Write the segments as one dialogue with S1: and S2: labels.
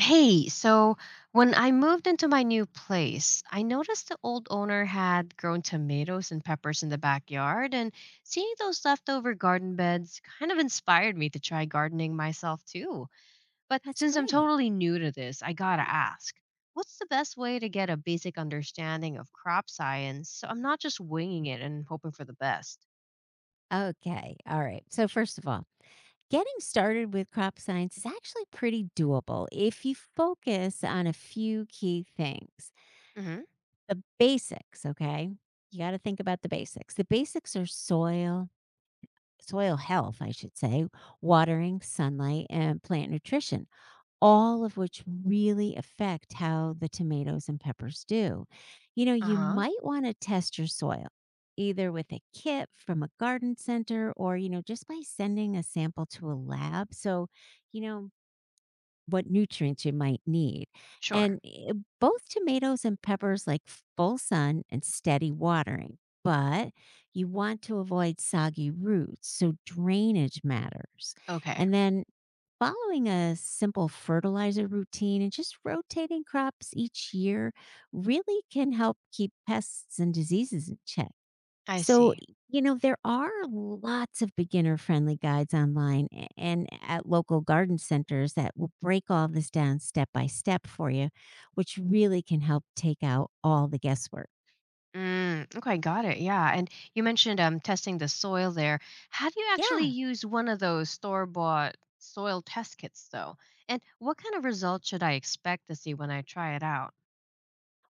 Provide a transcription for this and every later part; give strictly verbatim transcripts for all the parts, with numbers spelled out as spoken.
S1: Hey, so when I moved into my new place, I noticed the old owner had grown tomatoes and peppers in the backyard, and seeing those leftover garden beds kind of inspired me to try gardening myself too. But
S2: That's
S1: since I'm
S2: great.
S1: totally new to this, I gotta ask, what's the best way to get a basic understanding of crop science so I'm not just winging it and hoping for the best?
S2: Okay. All right. So, first of all, getting started with crop science is actually pretty doable if you focus on a few key things.
S1: Mm-hmm.
S2: The basics, okay? You got to think about the basics. The basics are soil, soil health, I should say, watering, sunlight, and plant nutrition. All of which really affect how the tomatoes and peppers do. You know, you
S1: Uh-huh.
S2: might want to test your soil either with a kit from a garden center or, you know, just by sending a sample to a lab. So, you know, what nutrients you might need.
S1: Sure.
S2: And eh, both tomatoes and peppers like full sun and steady watering. But you want to avoid soggy roots. So, drainage matters.
S1: Okay.
S2: And then following a simple fertilizer routine and just rotating crops each year really can help keep pests and diseases in check.
S1: I
S2: So,
S1: see.
S2: you know, there are lots of beginner friendly guides online a- and at local garden centers that will break all this down step by step for you, which really can help take out all the guesswork.
S1: Mm, okay, got it. Yeah. And you mentioned um testing the soil there. How do you actually
S2: Yeah.
S1: use one of those store-bought soil test kits though? And what kind of results should I expect to see when I try it out?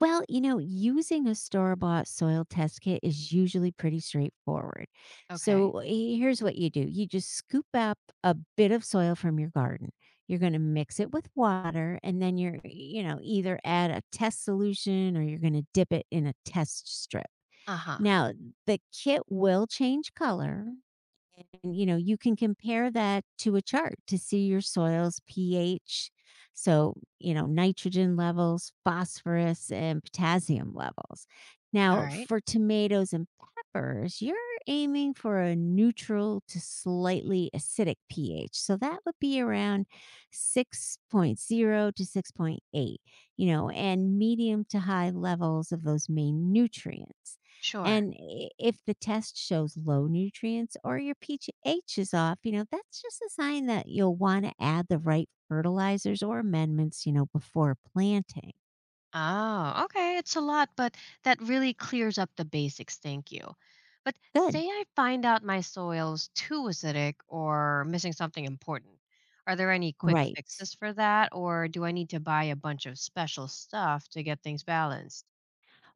S2: Well, you know, using a store bought soil test kit is usually pretty straightforward.
S1: Okay.
S2: So he- here's what you do. You just scoop up a bit of soil from your garden. You're going to mix it with water, and then you're, you know, either add a test solution or you're going to dip it in a test strip.
S1: Uh-huh.
S2: Now, the kit will change color, and you know, you can compare that to a chart to see your soil's pH, so you know, nitrogen levels, phosphorus and potassium levels.
S1: All
S2: Now,
S1: right.
S2: for tomatoes and peppers, you're aiming for a neutral to slightly acidic pH, so that would be around six point zero to six point eight, you know, and medium to high levels of those main nutrients.
S1: Sure.
S2: And I if the test shows low nutrients or your pH is off, you know, that's just a sign that you'll want to add the right fertilizers or amendments, you know, before planting.
S1: Oh, okay. It's a lot, but that really clears up the basics. Thank you. But
S2: Good.
S1: say I find out my soil's too acidic or missing something important. Are there any quick
S2: Right.
S1: fixes for that, or do I need to buy a bunch of special stuff to get things balanced?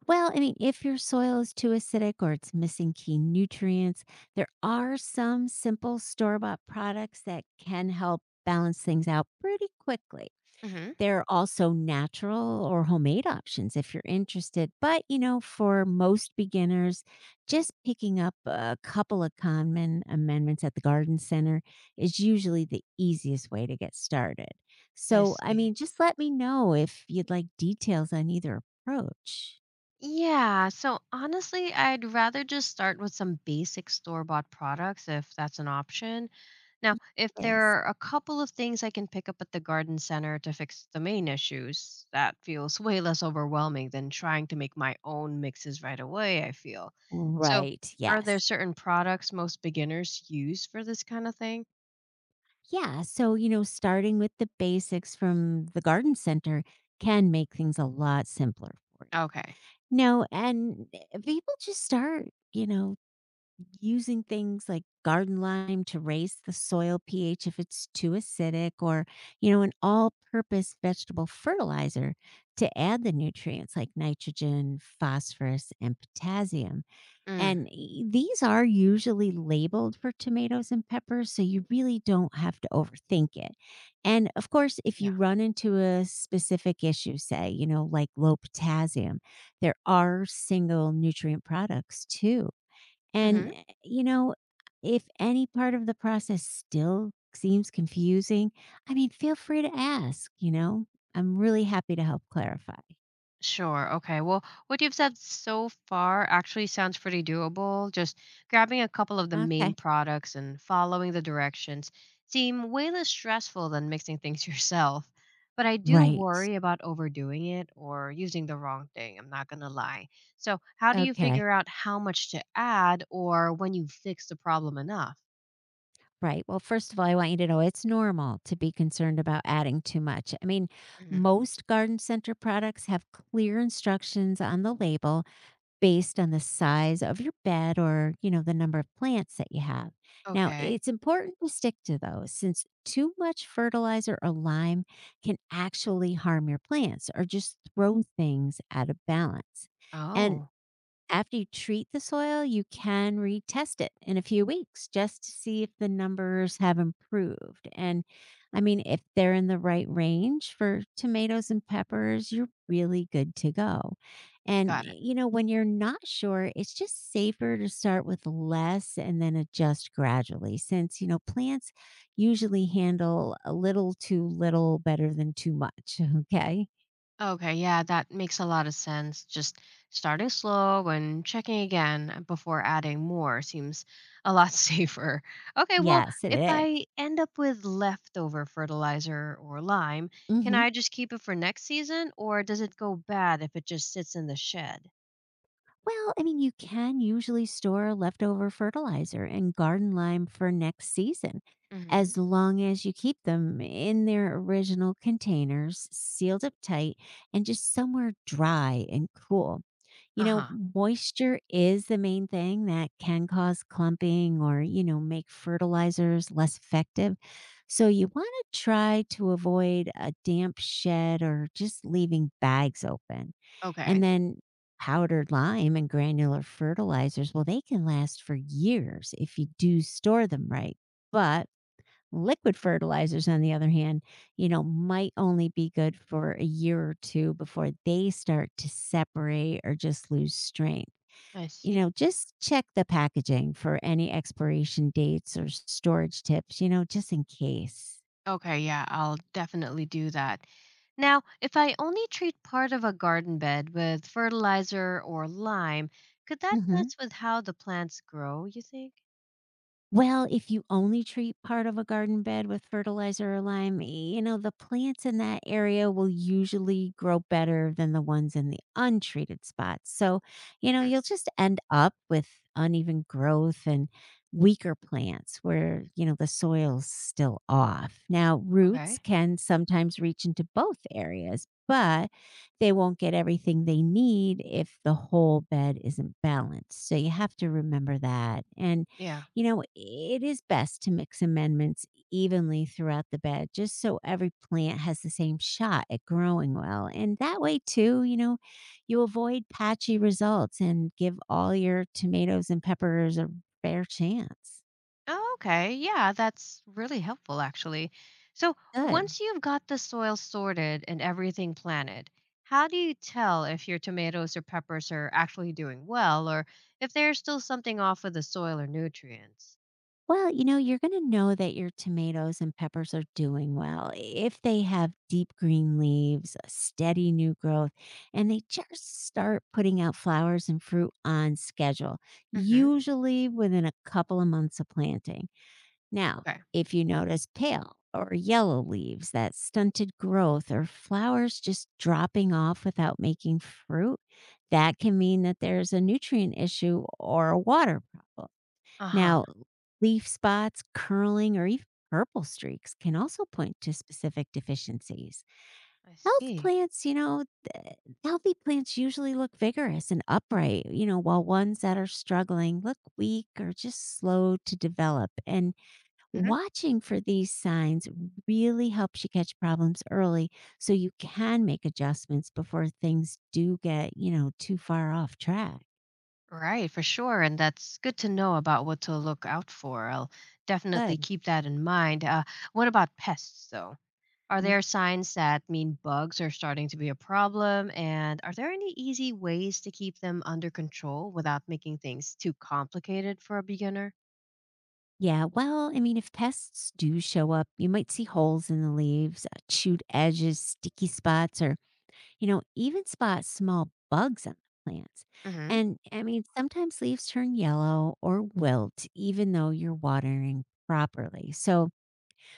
S2: Well, I mean, if your soil is too acidic or it's missing key nutrients, there are some simple store bought products that can help balance things out pretty quickly.
S1: Hmm.
S2: There are also natural or homemade options if you're interested. But, you know, for most beginners, just picking up a couple of common amendments at the garden center is usually the easiest way to get started.
S1: I
S2: So, I
S1: see.
S2: mean, just let me know if you'd like details on either approach.
S1: Yeah, so honestly, I'd rather just start with some basic store-bought products if that's an option. Now, if there
S2: Yes.
S1: are a couple of things I can pick up at the garden center to fix the main issues, that feels way less overwhelming than trying to make my own mixes right away, I feel. So,
S2: Right.
S1: are there
S2: Yes.
S1: certain products most beginners use for this kind of thing?
S2: Yeah. So, you know, starting with the basics from the garden center can make things a lot simpler for you.
S1: Okay.
S2: No, and eh, people just start, you know, using things like garden lime to raise the soil pH if it's too acidic, or, you know, an all purpose vegetable fertilizer to add the nutrients like nitrogen, phosphorus, and potassium.
S1: Mm,
S2: And y- these are usually labeled for tomatoes and peppers, so you really don't have to overthink it. And of course, if
S1: yeah.
S2: you run into a specific issue, say, you know, like low potassium, there are single nutrient products too. And, eh, you know, if any part of the process still seems confusing, I mean, feel free to ask, you know, I'm really happy to help clarify.
S1: Sure. Okay. Well, what you've said so far actually sounds pretty doable. Just grabbing a couple of the main
S2: Okay.
S1: products and following the directions seem way less stressful than mixing things yourself. But I do
S2: Right.
S1: worry about overdoing it or using the wrong thing. I'm not going to lie. So, how do you
S2: Okay.
S1: figure out how much to add or when you fix the problem enough?
S2: Right. Well, first of all, I want you to know it's normal to be concerned about adding too much. I mean,
S1: Mhm.
S2: most garden center products have clear instructions on the label based on the size of your bed or, you know, the number of plants that you have. Now,
S1: Okay.
S2: it's important to stick to those, since too much fertilizer or lime can actually harm your plants or just throw things out of balance. And
S1: Oh,
S2: after you treat the soil, you can retest it in a few weeks just to see if the numbers have improved. And I mean, if they're in the right range for tomatoes and peppers, you're really good to go. And,
S1: got it.
S2: you know, when you're not sure, it's just safer to start with less and then adjust gradually, since, you know, plants usually handle a little too little better than too much. Okay.
S1: Okay, yeah, that makes a lot of sense. Just starting slow and checking again before adding more seems a lot safer. Okay, well,
S2: Yes, it
S1: if
S2: is.
S1: I end up with leftover fertilizer or lime, can
S2: Mhm.
S1: I just keep it for next season or does it go bad if it just sits in the shed?
S2: Well, I mean, you can usually store leftover fertilizer and garden lime for next season
S1: Hmm.
S2: as long as you keep them in their original containers, sealed up tight, and just somewhere dry and cool. You
S1: Uh
S2: know,
S1: huh.
S2: moisture is the main thing that can cause clumping or, you know, make fertilizers less effective. So you want to try to avoid a damp shed or just leaving bags open. And
S1: Okay,
S2: then powdered lime and granular fertilizers, well, they can last for years if you do store them right. But liquid fertilizers, on the other hand, you know, might only be good for a year or two before they start to separate or just lose strength.
S1: I
S2: You
S1: see.
S2: know, just check the packaging for any expiration dates or storage tips, you know, just in case.
S1: Okay, yeah, I'll definitely do that. Now, if I only treat part of a garden bed with fertilizer or lime, could that
S2: Mhm.
S1: mess with how the plants grow, you think?
S2: Well, if you only treat part of a garden bed with fertilizer or lime, you know, the plants in that area will usually grow better than the ones in the untreated spots. So, you know,
S1: Mhm.
S2: you'll just end up with uneven growth and weaker plants where, you know, the soil's still off. Now, roots
S1: Okay.
S2: can sometimes reach into both areas, but they won't get everything they need if the whole bed isn't balanced. So you have to remember that. And
S1: Yeah.
S2: you know, it is best to mix amendments evenly throughout the bed just so every plant has the same shot at growing well. And that way, too, you know, you avoid patchy results and give all your tomatoes and peppers a fair chance.
S1: Oh, okay. Yeah, that's really helpful, actually. So,
S2: Good.
S1: once you've got the soil sorted and everything planted, how do you tell if your tomatoes or peppers are actually doing well or if there's still something off with the soil or nutrients?
S2: Well, you know, you're going to know that your tomatoes and peppers are doing well if they have deep green leaves, a steady new growth, and they just start putting out flowers and fruit on schedule,
S1: Hmm.
S2: usually within a couple of months of planting. Now,
S1: Okay.
S2: if you notice pale or yellow leaves, that stunted growth, or flowers just dropping off without making fruit, that can mean that there's a nutrient issue or a water problem.
S1: Uh huh.
S2: Now, leaf spots, curling, or even purple streaks can also point to specific deficiencies.
S1: I
S2: Health
S1: see.
S2: plants, you know, th- Healthy plants usually look vigorous and upright, you know, while ones that are struggling look weak or just slow to develop. And
S1: Hmm.
S2: watching for these signs really helps you catch problems early, so you can make adjustments before things do get, you know, too far off track.
S1: Right, for sure. And that's good to know about what to look out for. I'll definitely
S2: Good.
S1: keep that in mind. Uh, what about pests, though? Are there signs that mean bugs are starting to be a problem? And are there any easy ways to keep them under control without making things too complicated for a beginner?
S2: Yeah, well, I mean, if pests do show up, you might see holes in the leaves, uh, chewed edges, sticky spots, or, you know, even spot small bugs on the plants.
S1: Hmm.
S2: And I mean, sometimes leaves turn yellow or wilt, even though you're watering properly. So,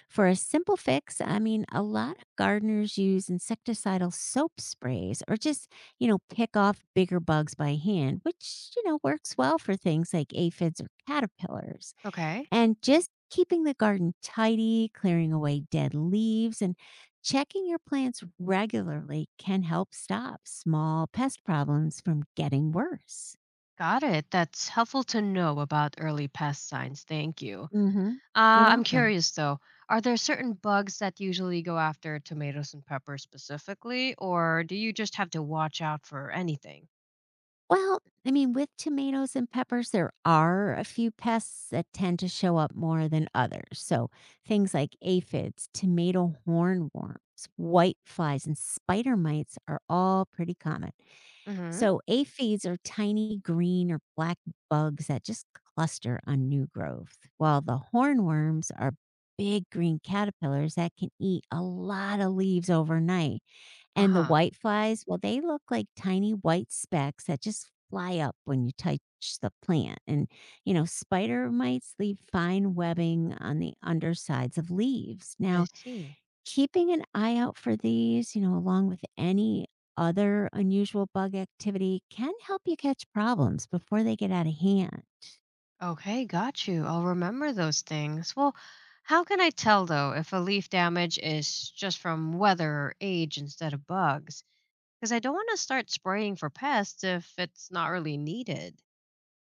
S2: for a simple fix, I mean, a lot of gardeners use insecticidal soap sprays or just, you know, pick off bigger bugs by hand, which, you know, works well for things like aphids or caterpillars.
S1: Okay,
S2: And just keeping the garden tidy, clearing away dead leaves, and checking your plants regularly can help stop small pest problems from getting worse.
S1: got it. That's helpful to know about early pest signs. Thank you.
S2: Hmm. You're
S1: Uh, I'm
S2: welcome.
S1: curious though. Are there certain bugs that usually go after tomatoes and peppers specifically, or do you just have to watch out for anything?
S2: Well, I mean, with tomatoes and peppers, there are a few pests that tend to show up more than others. So things like aphids, tomato hornworms, whiteflies, and spider mites are all pretty common.
S1: Mm-hmm.
S2: So aphids are tiny green or black bugs that just cluster on new growth, while the hornworms are big green caterpillars that can eat a lot of leaves overnight. And the
S1: Uh-huh.
S2: white flies, well, they look like tiny white specks that just fly up when you touch the plant. And, you know, spider mites leave fine webbing on the undersides of leaves.
S1: I
S2: Now,
S1: see.
S2: keeping an eye out for these, you know, along with any other unusual bug activity can help you catch problems before they get out of hand.
S1: Okay, got you. I'll remember those things. Well, how can I tell though if a leaf damage is just from weather or age instead of bugs? Because I don't want to start spraying for pests if it's not really needed.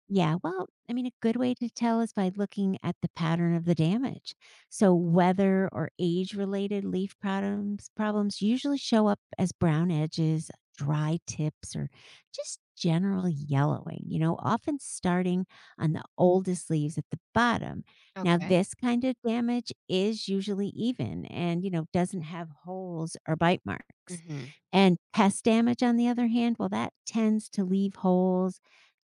S2: Yeah, well, I mean, a good way to tell is by looking at the pattern of the damage. So, weather or age related leaf problems, problems usually show up as brown edges, dry tips, or just general yellowing, you know, often starting on the oldest leaves at the bottom. Now,
S1: Okay.
S2: this kind of damage is usually even and, you know, doesn't have holes or bite marks.
S1: Mm-hmm.
S2: And pest damage, on the other hand, well, that tends to leave holes,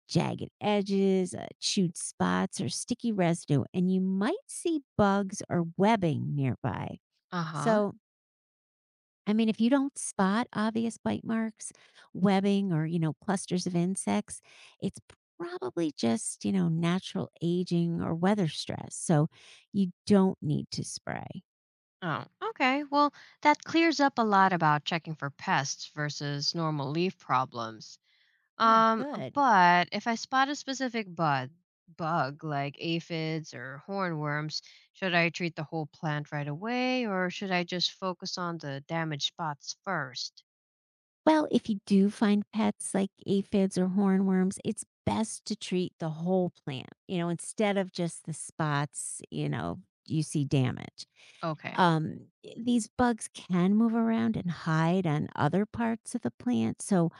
S2: jagged edges, uh, chewed spots, or sticky residue, and you might see bugs or webbing nearby.
S1: Uh-huh.
S2: So, I mean, if you don't spot obvious bite marks, webbing, or, you know, clusters of insects, it's probably just, you know, natural aging or weather stress. So, you don't need to spray.
S1: Oh, okay. Well, that clears up a lot about checking for pests versus normal leaf problems.
S2: Yeah,
S1: Um,
S2: good.
S1: but if I spot a specific bud, bug like aphids or hornworms, should I treat the whole plant right away or should I just focus on the damaged spots first?
S2: Well, if you do find pets like aphids or hornworms, it's best to treat the whole plant, you know, instead of just the spots, you know, you see damage.
S1: Okay.
S2: Um, i- these bugs can move around and hide on other parts of the plant, so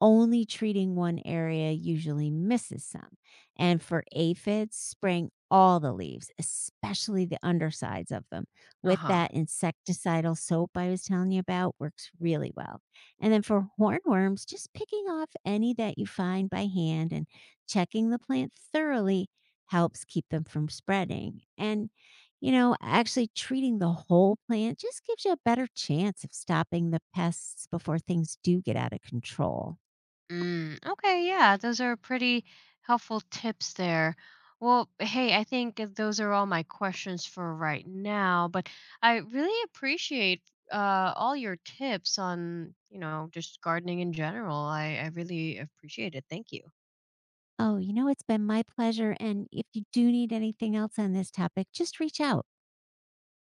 S2: only treating one area usually misses some. And for aphids, spraying all the leaves, especially the undersides of them, with
S1: Uh-huh.
S2: that insecticidal soap I was telling you about works really well. And then for hornworms, just picking off any that you find by hand and checking the plant thoroughly helps keep them from spreading. And you know, actually treating the whole plant just gives you a better chance of stopping the pests before things do get out of control.
S1: Mm, okay, yeah, those are pretty helpful tips there. Well, hey, I think those are all my questions for right now, but I really appreciate uh, all your tips on, you know, just gardening in general. I, I really appreciate it. Thank you.
S2: Oh, you know, it's been my pleasure. And if you do need anything else on this topic, just reach out.